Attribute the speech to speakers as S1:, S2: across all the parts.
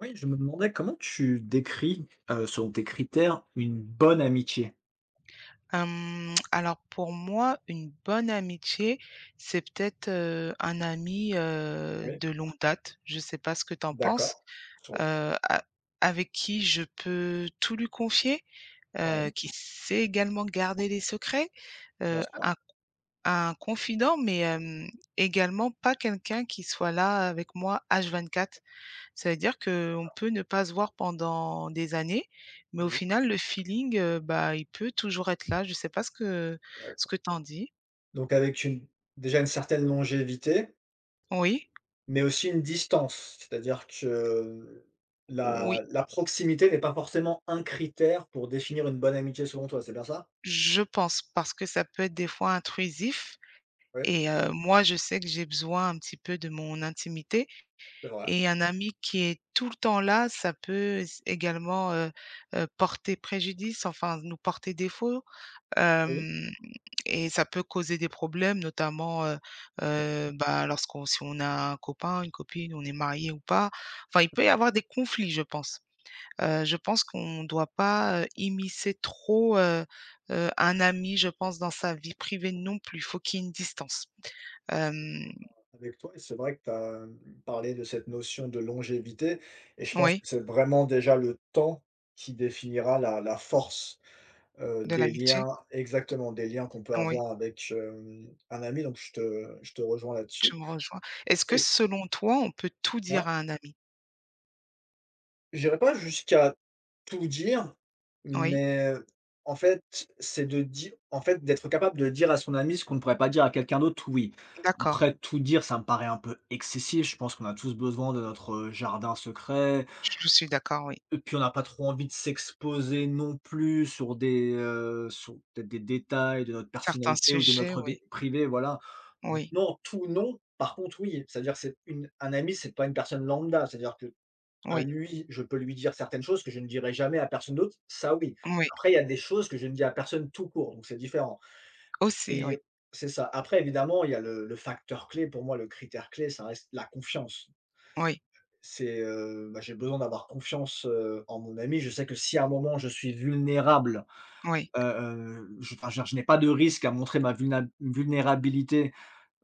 S1: Oui, je me demandais comment tu décris, selon tes critères, une bonne amitié?
S2: Alors pour moi, une bonne amitié, c'est peut-être, un ami,
S1: Oui,
S2: de longue date. Je sais pas ce que tu en penses,
S1: d'accord. Sur
S2: a avec qui je peux tout lui confier,
S1: Oui,
S2: qui sait également garder les secrets,
S1: bien
S2: heu,
S1: sûr,
S2: un un confident mais, également pas quelqu'un qui soit là avec moi H24. Ça veut dire qu'on peut ne pas se voir pendant des années, mais au
S1: oui,
S2: final, le feeling, bah, il peut toujours être là. Je ne sais pas ce que ce
S1: d'accord.
S2: que t'en dis?
S1: Donc avec une déjà une certaine longévité,
S2: Oui,
S1: mais aussi une distance. C'est-à-dire que
S2: oui,
S1: la proximité n'est pas forcément un critère pour définir une bonne amitié selon toi, c'est bien ça?
S2: je pense parce que ça peut être des fois intrusif
S1: Oui,
S2: et moi, je sais que j'ai besoin un petit peu de mon intimité
S1: c'est vrai.
S2: et un ami qui est tout le temps là, ça peut s également, porter préjudice, enfin, nous porter défaut.
S1: Oui.
S2: Hem Et ça peut causer des problèmes, notamment, bah, lorsqu'on si on a un copain, une copine, on est marié ou pas. Enfin, il peut y avoir des conflits, je pense. Je pense qu'on ne doit pas, immiscer trop, un ami, je pense, dans sa vie privée non plus. Il faut qu'il y ait une distance. Hem,
S1: Avec toi, et c'est vrai que tu as parlé de cette notion de longévité et je pense
S2: oui,
S1: que c'est vraiment déjà le temps qui définira la force,
S2: de
S1: des
S2: l'amitié.
S1: liens. Exactement, des liens qu'on peut
S2: Oui,
S1: avoir avec, un ami, donc je te rejoins
S2: tu
S1: là-dessus
S2: me rejoins. Est-ce que
S1: et
S2: selon toi, on peut tout
S1: ouais.
S2: dire à un ami?
S1: J'irai pas jusqu'à tout dire,
S2: Oui,
S1: mais en fait, c'est de dire, en fait, d'être capable de dire à son ami ce qu'on ne pourrait pas dire à quelqu'un d'autre, oui.
S2: d'accord.
S1: Après, tout dire, ça me paraît un peu excessif. Je pense qu'on a tous besoin de notre, jardin secret
S2: Je suis d'accord, oui.
S1: et puis on n'a pas trop envie de s'exposer non plus sur peut-être des détails de notre
S2: Certains
S1: personnalité ou de
S2: sujets,
S1: notre
S2: oui.
S1: vie privée, voilà. Donc
S2: Oui,
S1: non, tout non. Par contre, oui, c'est-à-dire c'est une un ami, c'est pas une personne lambda. C'est-à-dire que à
S2: oui.
S1: lui, je peux lui dire certaines choses que je ne dirai jamais à personne d'autre, ça oui.
S2: Oui,
S1: Après, il y a des choses que je ne dis à personne tout court, donc c'est différent
S2: aussi,
S1: et
S2: oui.
S1: c'est ça. Après évidemment, il y a le facteur clé pour moi, le critère clé, ça reste la confiance.
S2: Oui,
S1: C'est, bah, j'ai besoin d'avoir confiance, en mon ami. Je sais que si à un moment je suis vulnérable,
S2: oui,
S1: je enfin, je n'ai pas de risque à montrer ma vulna vulnérabilité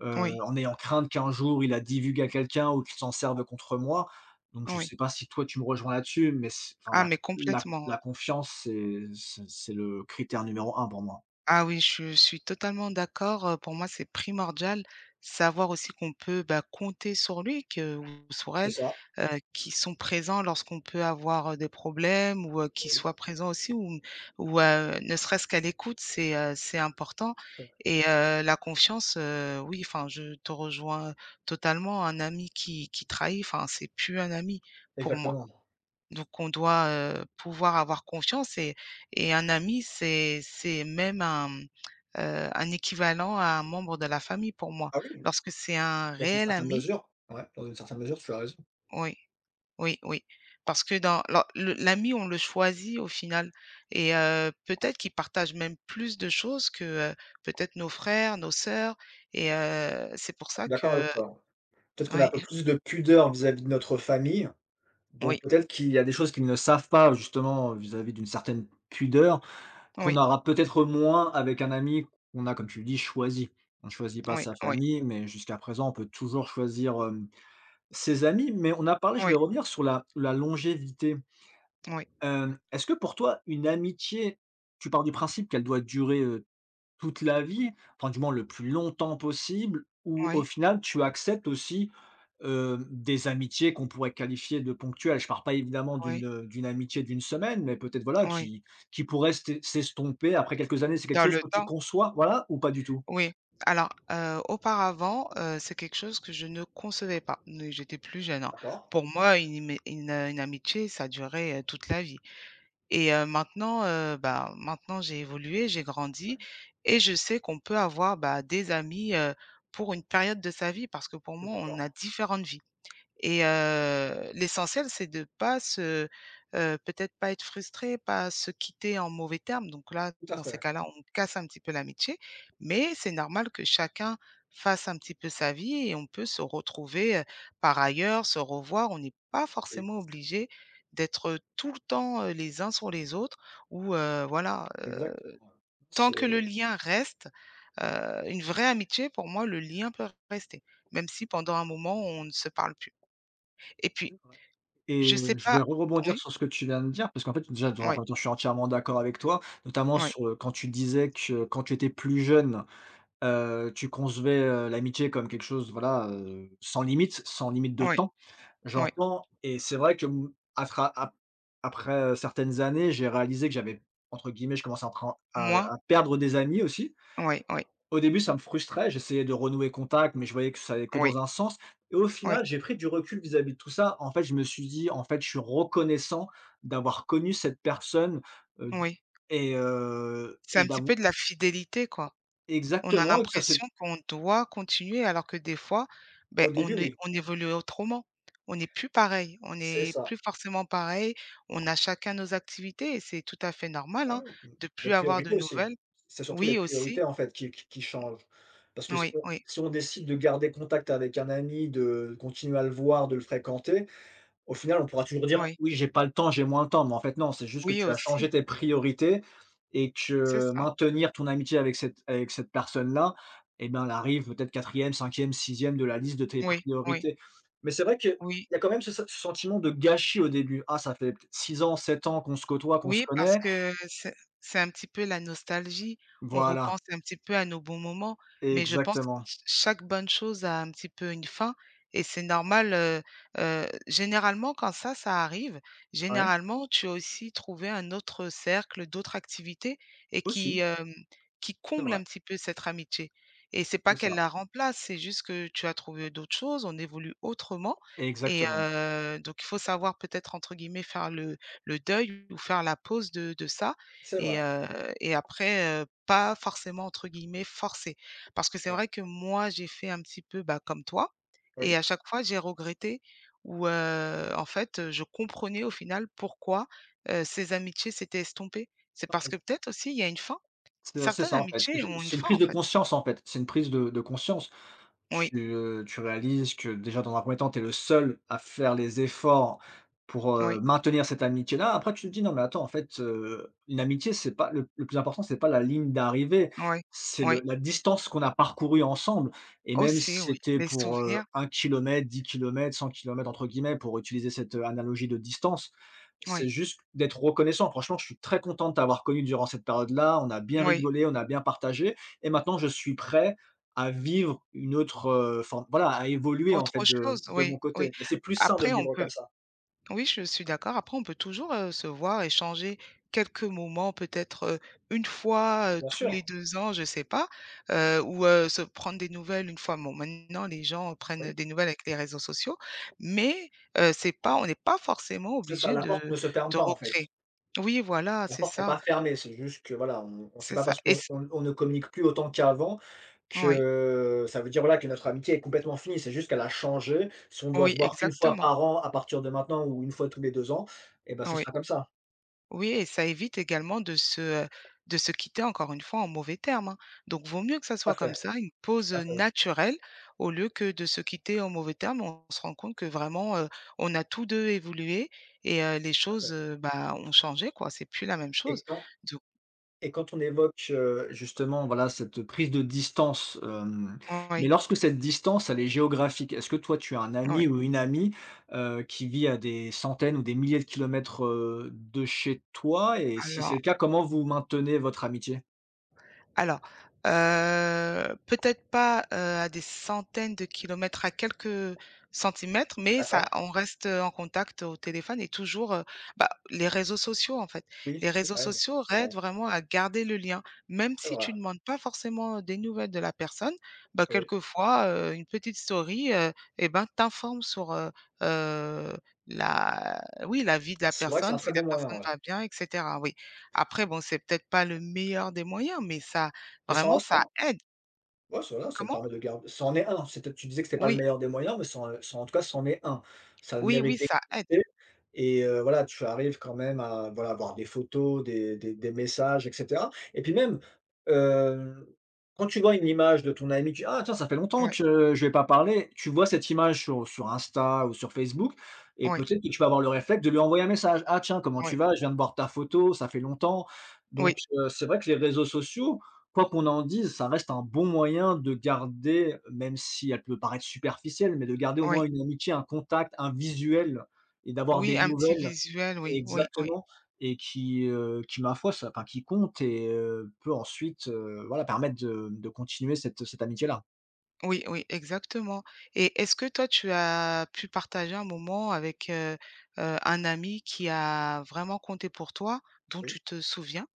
S2: oui,
S1: en ayant crainte qu'un jour il la divulgue à quelqu'un ou qu'il s'en serve contre moi. Donc je
S2: oui.
S1: sais pas si toi tu me rejoins là-dessus, mais c enfin
S2: Ah,
S1: la
S2: mais
S1: la
S2: complètement, oui.
S1: la confiance c'est le critère numéro un pour moi.
S2: Ah oui, je suis totalement d'accord. Pour moi, c'est primordial, savoir aussi qu'on peut, bah, compter sur lui que ou sur
S1: C'est
S2: elle,
S1: ça,
S2: qu'ils sont présents lorsqu'on peut avoir, des problèmes ou, qu'ils
S1: oui,
S2: soient présents aussi ou ne serait-ce qu'à l'écoute, c'est important
S1: heu,
S2: et la confiance, oui, enfin, je te rejoins totalement. Un ami qui trahit, enfin, c'est plus un ami pour moi.
S1: Exactement.
S2: Donc on doit, pouvoir avoir confiance et un ami, c'est même un équivalent à un membre de la famille pour moi.
S1: Ah oui,
S2: Lorsque c'est un
S1: dans une
S2: réel
S1: certaine
S2: ami.
S1: mesure, ouais, dans une certaine mesure, tu as raison.
S2: Oui, oui, oui, parce que dans lors le l'ami, on le choisit au final et peut-être qu'il partage même plus de choses que, heu, peut-être nos frères, nos sœurs et c'est pour ça
S1: Je suis d'accord avec
S2: que.
S1: toi, ouais. Peut-être qu'on a un
S2: Oui,
S1: peu plus de pudeur vis-à-vis de notre famille. Donc
S2: oui,
S1: peut-être qu'il y a des choses qu'ils ne savent pas justement vis-à-vis d'une certaine pudeur. Qu'on
S2: oui,
S1: aura peut-être moins avec un ami qu'on a, comme tu le dis, choisi. On ne choisit pas
S2: oui,
S1: sa
S2: oui,
S1: famille, mais jusqu'à présent, on peut toujours choisir, ses amis. Mais on a parlé je
S2: oui,
S1: voulais revenir sur la longévité.
S2: oui,
S1: Est-ce que pour toi, une amitié, tu pars du principe qu'elle doit durer toute la vie, enfin du moins le plus longtemps possible,
S2: oui,
S1: ou au
S2: oui,
S1: final tu acceptes aussi, des amitiés qu'on pourrait qualifier de ponctuelles? Je parle pas évidemment
S2: oui.
S1: d'une amitié d'une semaine, mais peut-être voilà
S2: Oui.
S1: qui pourrait s'estomper après quelques années. C'est quelque
S2: Dans
S1: chose
S2: le
S1: que tu
S2: temps.
S1: conçois, voilà, ou pas du tout?
S2: Oui. Alors, auparavant, c'est quelque chose que je ne concevais pas, mais j'étais plus jeune, hein.
S1: D'accord,
S2: Pour moi, une amitié, ça durait, toute la vie et maintenant j'ai évolué, j'ai grandi et je sais qu'on peut avoir, bah, des amis, pour une période de sa vie parce que pour
S1: je suis
S2: moi, on a
S1: d'accord.
S2: différentes vies. Et l'essentiel, c'est de pas se peut-être pas être frustré, pas se quitter en mauvais termes. Donc là,
S1: Tout à
S2: dans ces
S1: fait.
S2: cas-là, on casse un petit peu l'amitié, mais c'est normal que chacun fasse un petit peu sa vie et on peut se retrouver, par ailleurs, se revoir. On n'est pas
S1: Ex
S2: forcément obligé d'être, tout le temps, les uns sur les autres ou voilà,
S1: exactement, ouais.
S2: tant
S1: C'est
S2: que le lien reste, une vraie amitié, pour moi, le lien peut rester, même si pendant un moment, on ne se parle plus. Et puis
S1: C'est vrai et
S2: je sais
S1: je vais
S2: pas.
S1: rebondir
S2: Oui,
S1: sur ce que tu viens de dire, parce qu'en fait déjà dans un
S2: oui,
S1: 1 temps, je suis entièrement d'accord avec toi, notamment
S2: oui,
S1: sur, quand tu disais que quand tu étais plus jeune. Tu concevais, l'amitié comme quelque chose, voilà, sans limite, sans limite de
S2: oui,
S1: temps,
S2: oui,
S1: j'entends, et c'est vrai que, afra ap après, certaines années, j'ai réalisé que j'avais, entre guillemets, je commençais à pren
S2: moi,
S1: à perdre des amis aussi.
S2: oui, oui,
S1: Au début, ça me frustrait, j'essayais de renouer contact, mais je voyais que ça allait que
S2: oui,
S1: dans un sens, et au
S2: oui,
S1: final, j'ai pris du recul vis-à-vis de tout ça. En fait, je me suis dit: «En fait, je suis reconnaissant d'avoir connu cette personne, heu,
S2: oui.
S1: et heu,
S2: C'est
S1: et
S2: un petit peu
S1: d'avou».
S2: de la fidélité, quoi. On a
S1: Exactement, et que ça s'est.
S2: l'impression qu'on doit continuer alors que des fois, ben,
S1: Au début, oui,
S2: on évolue autrement. On n'est plus pareil, on
S1: c'est
S2: n'est
S1: ça.
S2: plus forcément pareil, on a chacun nos activités et c'est tout à fait normal,
S1: Ouais,
S2: hein,
S1: mmh,
S2: de
S1: nos
S2: plus avoir de
S1: priorités aussi.
S2: nouvelles.
S1: C'est surtout les
S2: Oui
S1: priorités,
S2: aussi,
S1: en fait, qui changent. Parce que si
S2: oui,
S1: on
S2: oui,
S1: si on décide de garder contact avec un ami, de continuer à le voir, de le fréquenter, au final, on pourra toujours dire:
S2: oui,
S1: «Oui, j'ai pas le temps, j'ai moins le temps». Mais en fait, non, c'est juste que
S2: oui
S1: tu as changé
S2: aussi,
S1: tes priorités, et
S2: c'est
S1: que
S2: ça.
S1: maintenir ton amitié avec cette personne-là, eh ben, elle arrive peut-être quatrième, cinquième, sixième de la liste de tes
S2: Oui, oui,
S1: priorités. Mais c'est vrai que
S2: oui.
S1: il y a quand même ce sentiment de gâchis au début. «Ah, ça fait 6 ans, 7 ans qu'on se côtoie, qu'on se
S2: Oui, parce
S1: connaît».
S2: que c'est un petit peu la nostalgie. On
S1: Voilà.
S2: repense un petit peu à nos bons moments, mais je pense que
S1: Exactement.
S2: ch chaque bonne chose a un petit peu une fin et c'est normal, généralement quand ça arrive,
S1: Ouais,
S2: généralement tu as aussi trouvé un autre cercle, d'autres activités et qui,
S1: aussi.
S2: hem, qui
S1: C'est
S2: comble
S1: vrai,
S2: un petit peu cette amitié et c'est
S1: c'est
S2: pas qu'elle
S1: ça.
S2: la remplace, c'est juste que tu as trouvé d'autres choses, on évolue autrement et
S1: Exactement.
S2: donc il faut savoir peut-être entre guillemets «faire le deuil ou faire la pause de ça
S1: C'est
S2: et
S1: vrai,
S2: heu et après, pas forcément entre guillemets «forcer». Parce que c'est
S1: ouais.
S2: vrai que moi, j'ai fait un petit peu, bah, comme toi et
S1: Oui?
S2: à chaque fois j'ai regretté ou en fait, je comprenais au final pourquoi, ces amitiés s'étaient estompées. C'est parce que
S1: Pareil.
S2: peut-être aussi il y a une fin.
S1: C'est
S2: Certaines
S1: ça, en fait.
S2: amitiés
S1: J'ai
S2: ont une
S1: c'est une
S2: fin,
S1: prise
S2: en
S1: de
S2: fait.
S1: conscience, en fait. C'est une prise de conscience.
S2: Oui,
S1: Tu réalises que déjà dans un premier temps, tu es le seul à faire les efforts pour,
S2: oui,
S1: maintenir cette amitié-là. Après tu te dis: «Non mais attends, en fait, une amitié, c'est pas le plus important, c'est pas la ligne d'arrivée,
S2: oui,
S1: c'est le
S2: oui.
S1: la distance qu'on a parcourue ensemble», et même
S2: Aussi,
S1: si
S2: oui.
S1: c'était
S2: Les
S1: pour,
S2: souvenirs,
S1: 1 km, 10 km, 100 km, entre guillemets, pour utiliser cette, analogie de distance, c'est
S2: oui,
S1: juste d'être reconnaissant. Franchement, je suis très content de t'avoir connu durant cette période-là, on a bien
S2: oui.
S1: rigolé, on a bien partagé, et maintenant je suis prêt à vivre une autre, enfin voilà, à évoluer en
S2: Autre
S1: fait de
S2: chose,
S1: de mon
S2: oui, oui.
S1: côté, et c'est plus sain de le
S2: Après on
S1: vivre comme
S2: peut.
S1: ça.
S2: Oui, je suis d'accord. Après, on peut toujours, se voir, échanger quelques moments, peut-être, une fois,
S1: Bien
S2: tous les
S1: sûr,
S2: 2 ans, je sais pas, ou, se prendre des nouvelles une fois. Bon, maintenant, les gens prennent
S1: oui,
S2: des nouvelles avec les réseaux sociaux, mais, c'est pas on n'est pas forcément
S1: c'est ça,
S2: obligé
S1: la porte
S2: de
S1: ne se ferme
S2: de
S1: pas en
S2: recréer.
S1: fait.
S2: Oui, voilà,
S1: La porte n'est pas fermée, c'est juste que voilà, on ne sait
S2: c'est
S1: pas
S2: ça
S1: parce
S2: et
S1: qu'on
S2: c
S1: on ne communique plus autant qu'avant
S2: oui,
S1: que ça veut dire, voilà, que notre amitié est complètement finie. C'est juste qu'elle a changé. Si on doit se
S2: oui,
S1: voir qu'une fois
S2: exactement,
S1: par an à partir de maintenant ou une fois tous les 2 ans, et ben ce
S2: oui.
S1: sera comme ça.
S2: Oui et ça évite également de se quitter encore une fois en mauvais termes, hein. Donc vaut mieux que ça
S1: Tout à
S2: soit comme
S1: fait,
S2: ça, une
S1: tout
S2: pause,
S1: à fait, tout
S2: naturelle au lieu que de se quitter en mauvais termes. On se rend compte que vraiment, on a tous 2 évolué et les
S1: à
S2: choses,
S1: fait,
S2: bah, ont changé quoi, c'est plus la même
S1: et
S2: chose.
S1: quand
S2: Donc
S1: Et quand on évoque, justement, voilà, cette prise de distance, mais
S2: oui,
S1: lorsque cette distance, elle est géographique, est-ce que toi, tu as un
S2: oui.
S1: ami ou une amie, qui vit à des centaines ou des milliers de kilomètres, de chez toi? Et si c'est
S2: Alors
S1: le cas, comment vous maintenez votre amitié?
S2: Alors, peut-être pas, à des centaines de kilomètres, à quelques centimètres, mais ça
S1: D'accord,
S2: on reste en contact au téléphone et toujours, bah, les réseaux sociaux, en fait.
S1: oui,
S2: Les
S1: oui,
S2: réseaux
S1: ça aide,
S2: sociaux
S1: c'est vrai,
S2: aident vraiment à garder le lien. Même
S1: c'est
S2: si
S1: vrai,
S2: tu ne demandes pas forcément des nouvelles de la personne, bah,
S1: oui.
S2: quelquefois, une petite story, et ben, t'informe sur, heu, la oui, la vie de la
S1: C'est vrai que c'est un
S2: personne, si
S1: très
S2: la
S1: bon moyen,
S2: personne
S1: ouais.
S2: va bien et cetera, oui. Après bon, c'est peut-être pas le meilleur des moyens, mais ça
S1: Mais ça
S2: vraiment
S1: reste,
S2: ça
S1: hein.
S2: aide.
S1: Ouais, ça va, ça te
S2: Comment?
S1: permet de garder, c'en est un, c'était tu disais que c'était pas le
S2: Oui,
S1: meilleur des moyens, mais c'en c'en en tout cas, c'en est un. Ça a le
S2: oui,
S1: mérite
S2: oui, ça aide.
S1: d'exister, et voilà, tu arrives quand même à, voilà, avoir des photos, des messages et cetera, et puis même, hem, quand tu vois une image de ton ami, tu dis, «Ah tiens, ça fait longtemps
S2: Oui,
S1: que je vais pas parler». Tu vois cette image sur Insta ou sur Facebook et
S2: oui,
S1: peut-être que tu vas avoir le réflexe de lui envoyer un message: «Ah tiens, comment
S2: oui,
S1: tu vas? Je viens de voir ta photo, ça fait longtemps».
S2: oui,
S1: Donc, c'est vrai que les réseaux sociaux quoi qu'on en dise, ça reste un bon moyen de garder, même si elle peut paraître superficielle, mais de garder au moins
S2: oui.
S1: une amitié, un contact, un visuel et d'avoir
S2: Oui,
S1: des
S2: un petit
S1: nouvelles.
S2: visuel, oui, oui, oui.
S1: Exactement, et qui ma foi, ça enfin qui compte et peut ensuite, voilà, permettre de continuer cette amitié-là.
S2: Oui, oui, exactement. Et est-ce que toi, tu as pu partager un moment avec, un ami qui a vraiment compté pour toi, dont
S1: Oui,
S2: tu te souviens?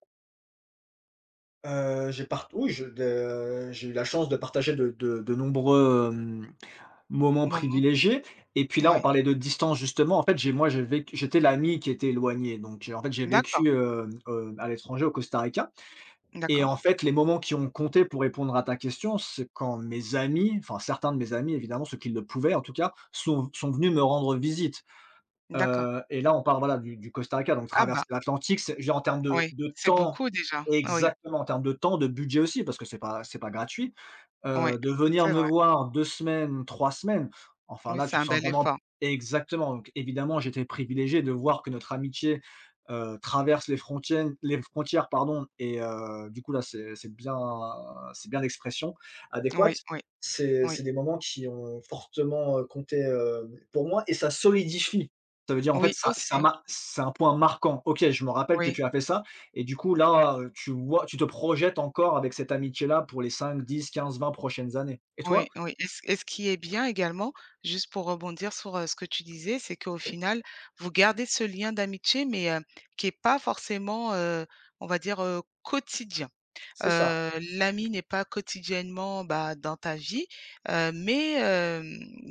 S1: j'ai eu la chance de partager de nombreux, hem Moment
S2: Moment.
S1: privilégié et puis là, on
S2: Oui.
S1: parlait de distance. Justement, en fait, j'ai moi, j'étais l'ami qui était éloigné, donc j'ai en fait, j'ai
S2: D'accord,
S1: vécu, à l'étranger au Costa Rica, et
S2: d'accord,
S1: en fait, les moments qui ont compté pour répondre à ta question, c'est quand mes amis, enfin certains de mes amis évidemment, ceux qui le pouvaient en tout cas, sont venus me rendre visite,
S2: d'accord.
S1: et là, on parle voilà du Costa Rica, donc
S2: Ah bah,
S1: traverser l'Atlantique, c'est, je veux dire, en termes de
S2: oui,
S1: de
S2: c'est
S1: temps.
S2: beaucoup déjà. Oui,
S1: Exactement, en termes de temps, de budget aussi parce que c'est pas gratuit,
S2: oui,
S1: de venir
S2: c'est
S1: me
S2: vrai.
S1: voir 2 semaines, 3 semaines, enfin
S2: Oui,
S1: là,
S2: c'est
S1: tu te
S2: un
S1: sens
S2: bel
S1: vraiment.
S2: effort.
S1: Exactement, donc évidemment, j'étais privilégié de voir que notre amitié, traverse les frontières pardon, et du coup, là, c'est bien l'expression
S2: Oui,
S1: adéquate.
S2: oui,
S1: C'est
S2: oui.
S1: des moments qui ont fortement, compté, pour moi, et ça solidifie. Ça veut dire, en fait,
S2: Oui,
S1: ça ça
S2: aussi,
S1: m'a c'est un point marquant. OK, je me rappelle que
S2: oui,
S1: tu as fait ça et du coup, là, tu vois, tu te projettes encore avec cette amitié-là pour les 5, 10, 15, 20 prochaines années. Et toi?
S2: oui, oui et ce qui est bien également, juste pour rebondir sur, ce que tu disais, c'est qu'au
S1: Oui.
S2: final, vous gardez ce lien d'amitié mais, qui est pas forcément, on va dire, quotidien.
S1: C'est ça.
S2: Heu, L'ami n'est pas quotidiennement, bah, dans ta vie, mais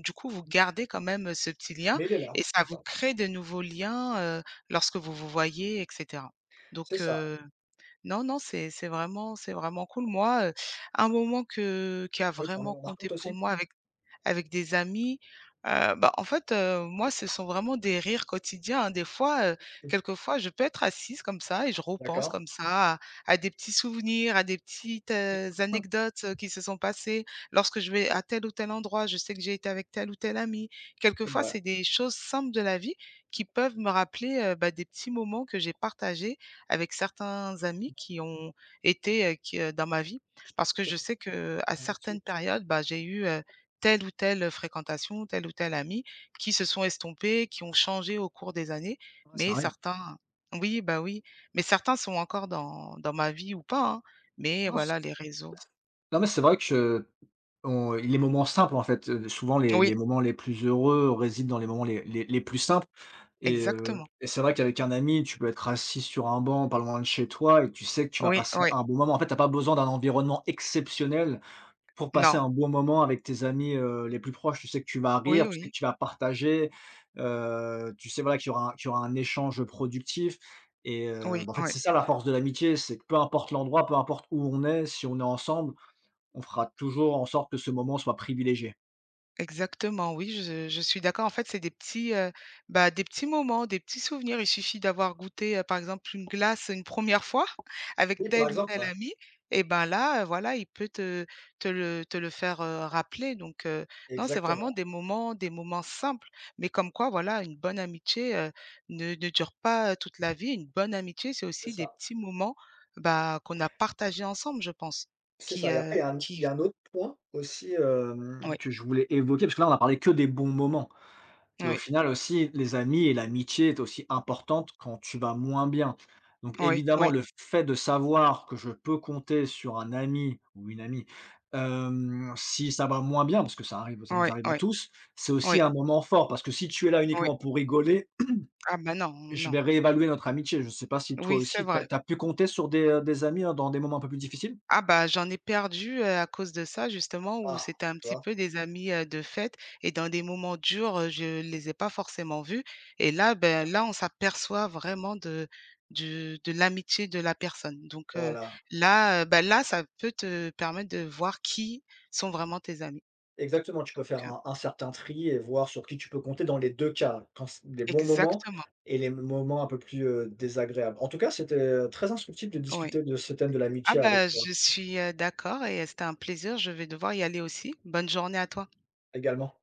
S2: du coup, vous gardez quand même ce petit lien
S1: Mais il est là,
S2: et ça
S1: c'est
S2: vous
S1: ça.
S2: crée de nouveaux liens, lorsque vous vous voyez et cetera.
S1: C'est
S2: Donc
S1: ça.
S2: heu Non, non, c'est vraiment cool. Moi, un moment que qui a
S1: Oui,
S2: vraiment
S1: pardon, on la
S2: compté
S1: raconte
S2: pour
S1: aussi?
S2: moi avec des amis. Bah, en fait, moi, ce sont vraiment des rires quotidiens, hein. Des fois,
S1: Oui.
S2: quelquefois, je peux être assise comme ça et je repense
S1: D'accord.
S2: comme ça à des petits souvenirs, à des petites, anecdotes, qui se sont passées. Lorsque je vais à tel ou tel endroit, je sais que j'ai été avec tel ou tel ami.
S1: C'est
S2: Quelquefois,
S1: vrai.
S2: c'est des choses simples de la vie qui peuvent me rappeler, bah, des petits moments que j'ai partagés avec certains amis qui ont été, dans ma vie. Parce que je sais que à certaines périodes, bah, j'ai eu, telle ou telle fréquentation, tel ou tel ami qui se sont estompés, qui ont changé au cours des années,
S1: Ouais, ça
S2: mais
S1: arrive.
S2: certains. Oui, bah, oui, mais certains sont encore dans ma vie ou pas, hein, mais
S1: Non.
S2: voilà les réseaux.
S1: Non mais c'est vrai que on les moments simples, en fait, souvent les
S2: Oui,
S1: les moments les plus heureux résident dans les moments les plus simples, et heu
S2: exactement.
S1: et c'est vrai qu'avec un ami, tu peux être assis sur un banc pas loin de chez toi et tu sais que tu vas
S2: Oui,
S1: passer
S2: oui.
S1: un bon moment. En fait, t'as pas besoin d'un environnement exceptionnel pour passer
S2: Non.
S1: un bon moment avec tes amis, les plus proches. Tu sais que tu vas
S2: Oui,
S1: rire, tu sais que
S2: oui.
S1: tu vas partager, tu sais, voilà, qu'il y aura un échange productif, et
S2: Oui,
S1: bah, en fait,
S2: oui.
S1: c'est ça la force de l'amitié, c'est que peu importe l'endroit, peu importe où on est, si on est ensemble, on fera toujours en sorte que ce moment soit privilégié.
S2: Exactement, oui, je suis d'accord. En fait, c'est des petits moments, des petits souvenirs. Il suffit d'avoir goûté, par exemple, une glace une première fois avec
S1: Oui, par
S2: tel ou
S1: exemple,
S2: tel
S1: ouais,
S2: ami et ben, là, voilà, il peut te le faire, rappeler donc non, c'est vraiment
S1: exactement,
S2: des moments simples, mais comme quoi, voilà, une bonne amitié, ne dure pas, toute la vie. Une bonne amitié, c'est
S1: c'est
S2: aussi des
S1: ça.
S2: petits moments, bah, qu'on a partagés ensemble, je pense,
S1: C'est ça, et après il y a un
S2: qui
S1: autre point aussi,
S2: oui,
S1: que je voulais évoquer, parce que là, on a parlé que des bons moments, et au
S2: oui,
S1: final aussi, les amis et l'amitié est aussi importante quand tu vas moins bien. Donc
S2: oui,
S1: évidemment,
S2: oui,
S1: le fait de savoir que je peux compter sur un ami ou une amie, si ça va moins bien, parce que ça arrive, ça nous
S2: oui,
S1: arrive à
S2: oui.
S1: tous, c'est aussi
S2: Oui,
S1: un moment fort, parce que si tu es là
S2: oui.
S1: uniquement pour rigoler.
S2: Ah bah, non,
S1: Je
S2: non.
S1: vais réévaluer notre amitié. Je ne sais pas si toi
S2: Oui, c'est
S1: aussi,
S2: vrai.
S1: tu pu compter sur des amis, dans des moments un peu plus difficiles?
S2: Ah bah, j'en ai perdu, à cause de ça justement où
S1: Ah,
S2: c'était un
S1: tu
S2: petit
S1: vois?
S2: peu des amis, de fête et dans des moments durs, je les ai pas forcément vus et là, ben, là, on s'aperçoit vraiment de l'amitié de la personne. Donc
S1: Voilà.
S2: là, bah, là, ça peut te permettre de voir qui sont vraiment tes amis.
S1: Exactement, tu peux
S2: Donc
S1: faire
S2: heu
S1: un certain tri et voir sur qui tu peux compter dans les 2 cas, quand c les bons moments
S2: Exactement,
S1: et les moments un peu plus, désagréables. En tout cas, c'était, très instructif de
S2: oui.
S1: discuter de ce thème de
S2: Ah
S1: l'amitié
S2: bah,
S1: avec toi,
S2: je suis, d'accord et c'était un plaisir. Je vais devoir y aller aussi. Bonne journée à toi.
S1: également.